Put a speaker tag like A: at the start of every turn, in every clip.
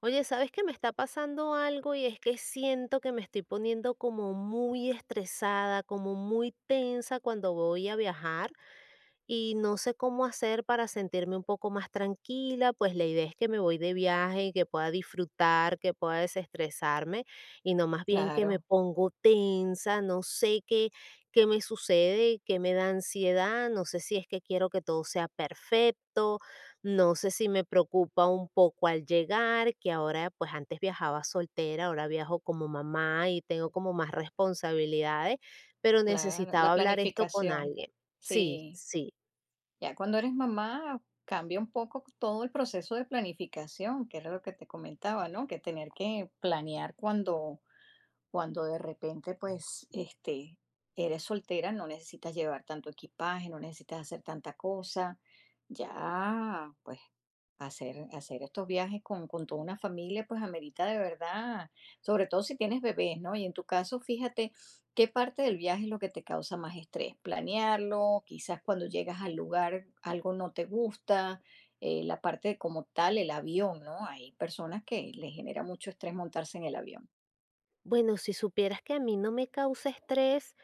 A: Oye, ¿sabes que Me está pasando algo y es que siento que me estoy poniendo como muy estresada, como muy tensa cuando voy a viajar, y no sé cómo hacer para sentirme un poco más tranquila, pues la idea es que me voy de viaje y que pueda disfrutar, que pueda desestresarme y no más bien que
B: Claro,
A: me pongo tensa, no sé qué, qué me sucede, qué me da ansiedad, no sé si es que quiero que todo sea perfecto, no sé si me preocupa un poco al llegar, que ahora pues antes viajaba soltera, ahora viajo como mamá y tengo como más responsabilidades, pero
B: claro,
A: necesitaba
B: la
A: hablar esto con
B: planificación.
A: alguien. Sí,
B: Sí,
A: sí.
B: ya cuando eres mamá cambia un poco todo el proceso de planificación, que era lo que te comentaba, ¿no? Que tener que planear cuando de repente, pues, eres soltera, no necesitas llevar tanto equipaje, no necesitas hacer tanta cosa. Ya, pues, hacer estos viajes con toda una familia, pues amerita de verdad, sobre todo si tienes bebés, ¿no? Y en tu caso, fíjate qué parte del viaje es lo que te causa más estrés. Planearlo, quizás cuando llegas al lugar algo no te gusta, la parte de como tal, el avión, ¿no? Hay personas que les genera mucho estrés montarse en el avión.
A: Bueno, si supieras que a mí no me causa estrés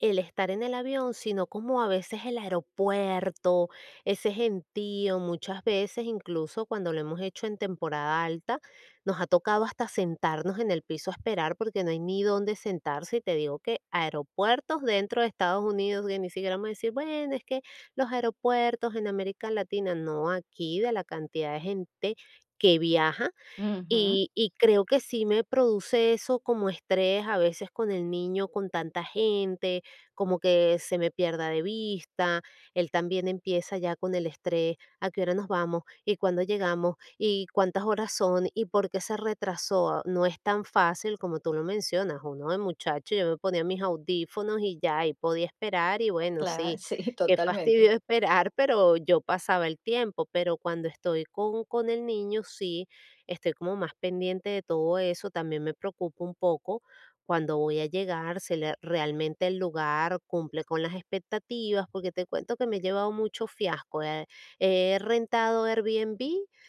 A: el estar en el avión, sino como a veces el aeropuerto, ese gentío, muchas veces, incluso cuando lo hemos hecho en temporada alta, nos ha tocado hasta sentarnos en el piso a esperar porque no hay ni dónde sentarse. Y te digo que aeropuertos dentro de Estados Unidos, que ni siquiera vamos a decir, bueno, es que los aeropuertos en América Latina, no aquí, de la cantidad de gente que viaja
B: Ujú.
A: y creo que sí me produce eso como estrés a veces con el niño, con tanta gente, como que se me pierda de vista. Él también empieza ya con el estrés, a qué hora nos vamos y cuándo llegamos y cuántas horas son y por qué se retrasó. Ah, no es tan fácil como tú lo mencionas, uno de muchacho, yo me ponía mis audífonos y ya, y podía esperar y bueno,
B: Claro,
A: sí,
B: sí,
A: qué
B: totalmente.
A: fastidio esperar, pero yo pasaba el tiempo, pero cuando estoy con el niño, sí estoy como más pendiente de todo eso, también me preocupa un poco cuando voy a llegar, si realmente el lugar cumple con las expectativas, porque te cuento que me he llevado mucho fiasco. He rentado Airbnb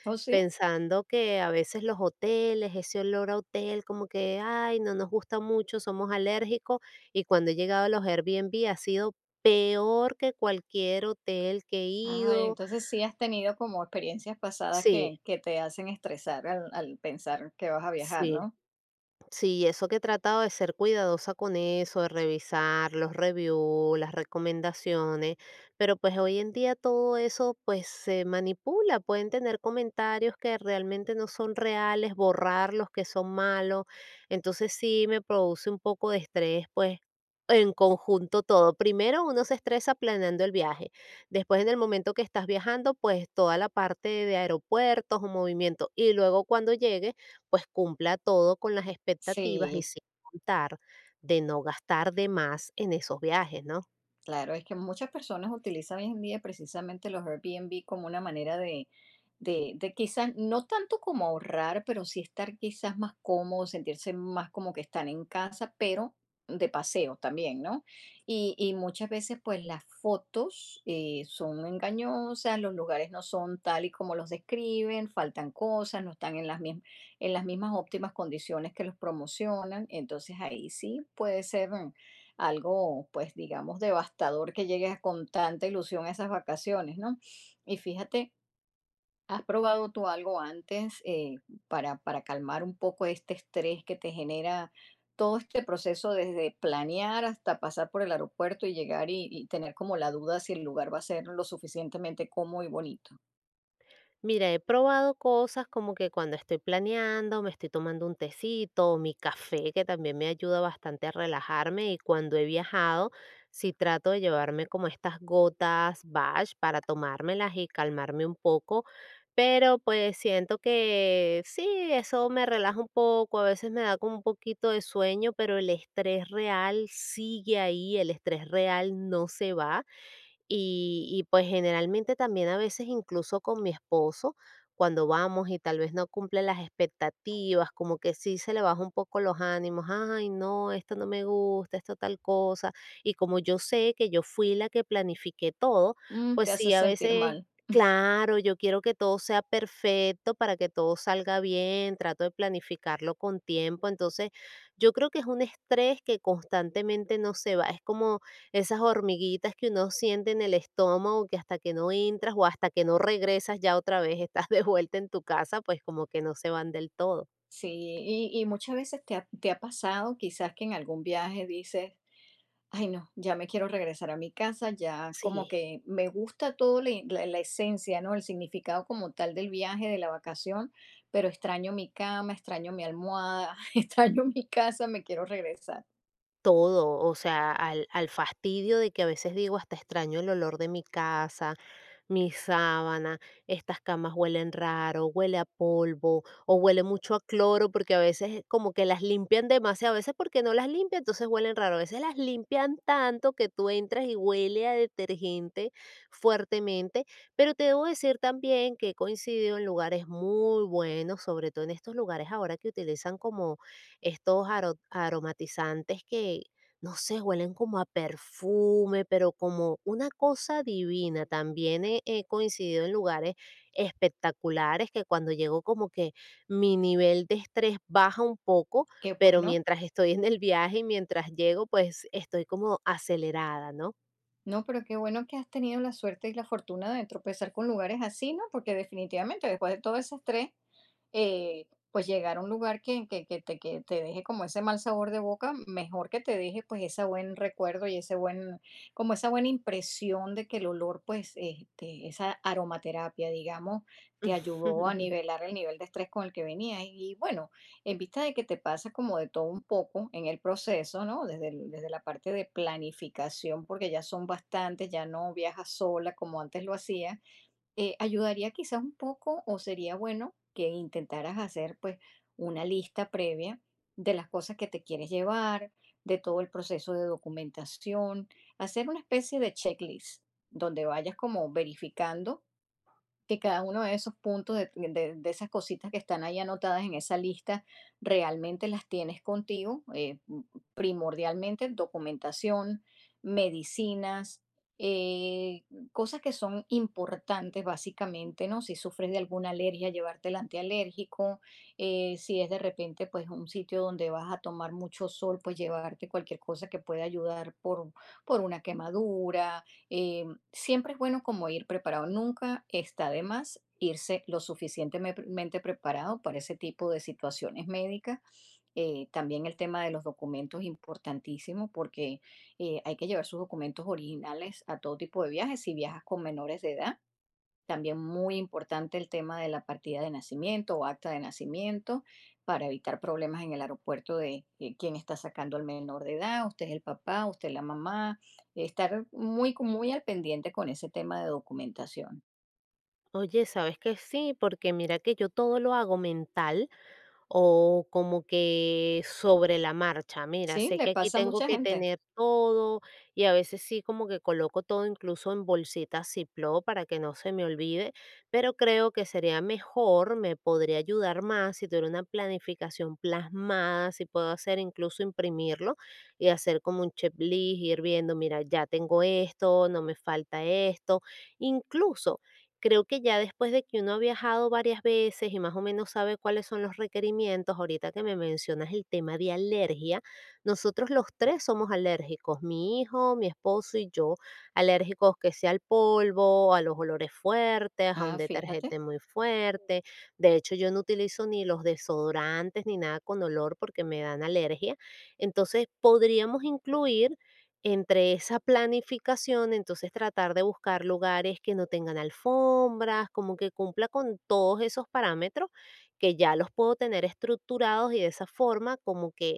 B: ¿O sí?
A: pensando que a veces los hoteles, ese olor a hotel, como que, ay, no nos gusta mucho, somos alérgicos, y cuando he llegado a los Airbnb ha sido peor que cualquier hotel que he
B: Ay,
A: ido.
B: entonces sí has tenido como experiencias pasadas
A: Sí,
B: que te hacen estresar al pensar que vas a viajar,
A: sí.
B: ¿no?
A: Sí, eso que he tratado de ser cuidadosa con eso, de revisar los reviews, las recomendaciones, pero pues hoy en día todo eso pues se manipula, pueden tener comentarios que realmente no son reales, borrar los que son malos, entonces sí me produce un poco de estrés pues en conjunto todo. Primero uno se estresa planeando el viaje, después en el momento que estás viajando pues toda la parte de aeropuertos o movimiento y luego cuando llegues pues cumpla todo con las expectativas y
B: Sí,
A: sin contar de no gastar de más en esos viajes, ¿no?
B: claro, es que muchas personas utilizan hoy en día precisamente los Airbnb como una manera de quizás, no tanto como ahorrar, pero sí estar quizás más cómodo, sentirse más como que están en casa, pero de paseo también, ¿no? Y muchas veces pues las fotos son engañosas, los lugares no son tal y como los describen, faltan cosas, no están en las mismas óptimas condiciones que los promocionan, entonces ahí sí puede ser algo, pues digamos, devastador que llegues con tanta ilusión a esas vacaciones, ¿no? Y fíjate, ¿has probado tú algo antes para calmar un poco este estrés que te genera todo este proceso desde planear hasta pasar por el aeropuerto y llegar y tener como la duda si el lugar va a ser lo suficientemente cómodo y bonito?
A: Mira, he probado cosas como que cuando estoy planeando, me estoy tomando un tecito, o mi café, que también me ayuda bastante a relajarme. Y cuando he viajado, sí trato de llevarme como estas gotas Bash para tomármelas y calmarme un poco. Pero pues siento que sí, eso me relaja un poco, a veces me da como un poquito de sueño, pero el estrés real sigue ahí, el estrés real no se va pues, generalmente también a veces incluso con mi esposo, cuando vamos y tal vez no cumple las expectativas, como que sí se le baja un poco los ánimos, ay, no, esto no me gusta, esto tal cosa. Y como yo sé que yo fui la que planifiqué todo,
B: Mm,
A: pues
B: te hace
A: sí, a
B: sentir
A: veces,
B: mal.
A: claro, yo quiero que todo sea perfecto para que todo salga bien, trato de planificarlo con tiempo. Entonces, yo creo que es un estrés que constantemente no se va. Es como esas hormiguitas que uno siente en el estómago, que hasta que no entras o hasta que no regresas ya otra vez estás de vuelta en tu casa, pues como que no se van del todo.
B: Sí, y muchas veces te ha pasado quizás que en algún viaje dices, ay, no, ya me quiero regresar a mi casa, ya como
A: Sí,
B: que me gusta todo la esencia, ¿no? El significado como tal del viaje, de la vacación, pero extraño mi cama, extraño mi almohada, extraño mi casa, me quiero regresar.
A: todo, o sea, al fastidio de que a veces digo hasta extraño el olor de mi casa, mi sábana, estas camas huelen raro, huele a polvo o huele mucho a cloro porque a veces como que las limpian demasiado, a veces porque no las limpian, entonces huelen raro, a veces las limpian tanto que tú entras y huele a detergente fuertemente, pero te debo decir también que he coincidido en lugares muy buenos, sobre todo en estos lugares ahora que utilizan como estos aromatizantes que, no sé, huelen como a perfume, pero como una cosa divina. También he coincidido en lugares espectaculares que cuando llego como que mi nivel de estrés baja un poco,
B: Qué
A: pero
B: bueno,
A: mientras estoy en el viaje y mientras llego, pues estoy como acelerada, ¿no?
B: ¿no? Pero qué bueno que has tenido la suerte y la fortuna de tropezar con lugares así, ¿no? Porque definitivamente después de todo ese estrés, pues llegar a un lugar que te deje como ese mal sabor de boca, mejor que te deje pues ese buen recuerdo y ese buen, como esa buena impresión de que el olor, pues este, esa aromaterapia, digamos, te ayudó a nivelar el nivel de estrés con el que venías. Y bueno, en vista de que te pasa como de todo un poco en el proceso, ¿no? Desde la parte de planificación, porque ya son bastantes, ya no viajas sola como antes lo hacías, ayudaría quizás un poco o sería bueno que intentaras hacer pues una lista previa de las cosas que te quieres llevar, de todo el proceso de documentación, hacer una especie de checklist donde vayas como verificando que cada uno de esos puntos, de esas cositas que están ahí anotadas en esa lista, realmente las tienes contigo. Primordialmente documentación, medicinas, eh, cosas que son importantes básicamente, ¿no? Si sufres de alguna alergia, llevarte el antialérgico, si es de repente pues un sitio donde vas a tomar mucho sol, pues llevarte cualquier cosa que pueda ayudar por una quemadura. eh, Siempre es bueno como ir preparado, nunca está de más irse lo suficientemente preparado para ese tipo de situaciones médicas. También el tema de los documentos es importantísimo porque hay que llevar sus documentos originales a todo tipo de viajes si viajas con menores de edad. También muy importante el tema de la partida de nacimiento o acta de nacimiento para evitar problemas en el aeropuerto de quién está sacando al menor de edad, usted es el papá, usted es la mamá, estar muy, muy al pendiente con ese tema de documentación.
A: Oye, ¿sabes que sí? Porque mira que yo todo lo hago mental o como que sobre la marcha. Mira,
B: Sí,
A: sé
B: le
A: que aquí
B: pasa a
A: tengo
B: mucha
A: que
B: gente.
A: tener todo y a veces sí como que coloco todo incluso en bolsitas Ziploc para que no se me olvide, pero creo que sería mejor, me podría ayudar más si tuviera una planificación plasmada, si puedo hacer incluso imprimirlo y hacer como un checklist, ir viendo, mira, ya tengo esto, no me falta esto, incluso creo que ya después de que uno ha viajado varias veces y más o menos sabe cuáles son los requerimientos, ahorita que me mencionas el tema de alergia, nosotros los tres somos alérgicos, mi hijo, mi esposo y yo, alérgicos que sea al polvo, a los olores fuertes, a un
B: Ah, fíjate,
A: detergente muy fuerte. De hecho, yo no utilizo ni los desodorantes ni nada con olor porque me dan alergia. Entonces, podríamos incluir entre esa planificación, entonces tratar de buscar lugares que no tengan alfombras, como que cumpla con todos esos parámetros que ya los puedo tener estructurados y de esa forma como que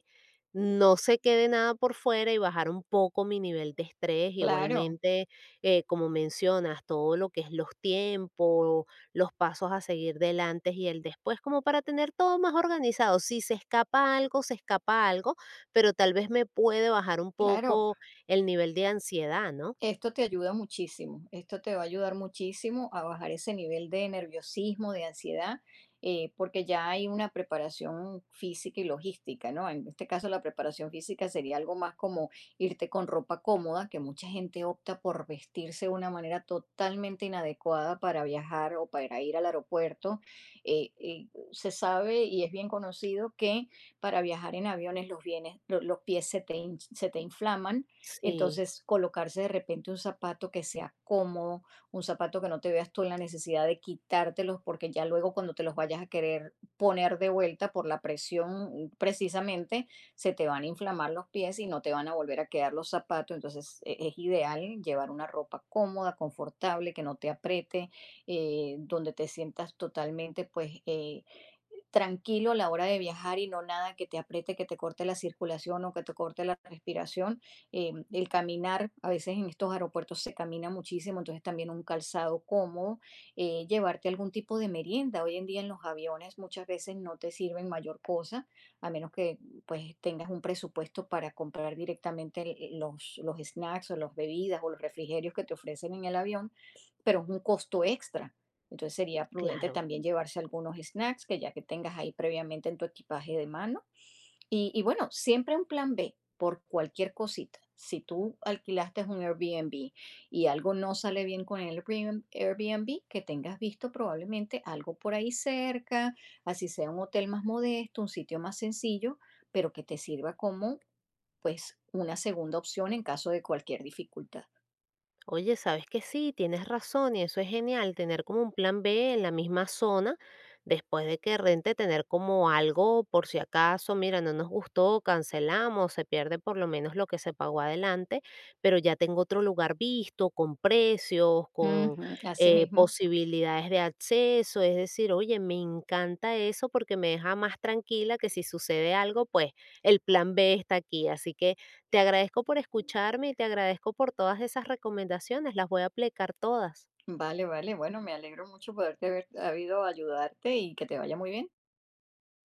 A: no se quede nada por fuera y bajar un poco mi nivel de estrés.
B: claro,
A: Igualmente, como mencionas, todo lo que es los tiempos, los pasos a seguir del antes y el después, como para tener todo más organizado. Si se escapa algo, se escapa algo, pero tal vez me puede bajar un
B: claro.
A: poco el nivel de ansiedad, ¿no?
B: Esto te ayuda muchísimo, esto te va a ayudar muchísimo a bajar ese nivel de nerviosismo, de ansiedad, porque ya hay una preparación física y logística, ¿no? En este caso la preparación física sería algo más como irte con ropa cómoda, que mucha gente opta por vestirse de una manera totalmente inadecuada para viajar o para ir al aeropuerto. Se sabe y es bien conocido que para viajar en aviones los pies se te se te inflaman.
A: Sí,
B: Entonces, colocarse de repente un zapato que sea cómodo, un zapato que no te veas tú en la necesidad de quitártelos, porque ya luego cuando te los vayas a querer poner de vuelta por la presión, precisamente, se te van a inflamar los pies y no te van a volver a quedar los zapatos. Entonces, es ideal llevar una ropa cómoda, confortable, que no te apriete, donde te sientas totalmente, pues, tranquilo a la hora de viajar y no nada que te apriete, que te corte la circulación o que te corte la respiración. El caminar, a veces en estos aeropuertos se camina muchísimo, entonces también un calzado cómodo, llevarte algún tipo de merienda. Hoy en día en los aviones muchas veces no te sirven mayor cosa, a menos que pues tengas un presupuesto para comprar directamente los snacks o las bebidas o los refrigerios que te ofrecen en el avión, pero es un costo extra. Entonces sería prudente
A: claro.
B: también llevarse algunos snacks que ya que tengas ahí previamente en tu equipaje de mano. Y bueno, siempre un plan B por cualquier cosita. Si tú alquilaste un Airbnb y algo no sale bien con el Airbnb, Airbnb, que tengas visto probablemente algo por ahí cerca, así sea un hotel más modesto, un sitio más sencillo, pero que te sirva como pues una segunda opción en caso de cualquier dificultad.
A: Oye, sabes que sí, tienes razón y eso es genial, tener como un plan B en la misma zona, después de que rente, tener como algo por si acaso, mira, no nos gustó, cancelamos, se pierde por lo menos lo que se pagó adelante, pero ya tengo otro lugar visto, con precios, con
B: Ujú, así mismo.
A: posibilidades de acceso, es decir, oye, me encanta eso porque me deja más tranquila que si sucede algo, pues el plan B está aquí, así que te agradezco por escucharme y te agradezco por todas esas recomendaciones, las voy a aplicar todas.
B: Vale, vale. Bueno, me alegro mucho poderte haber habido ayudarte y que te vaya muy bien.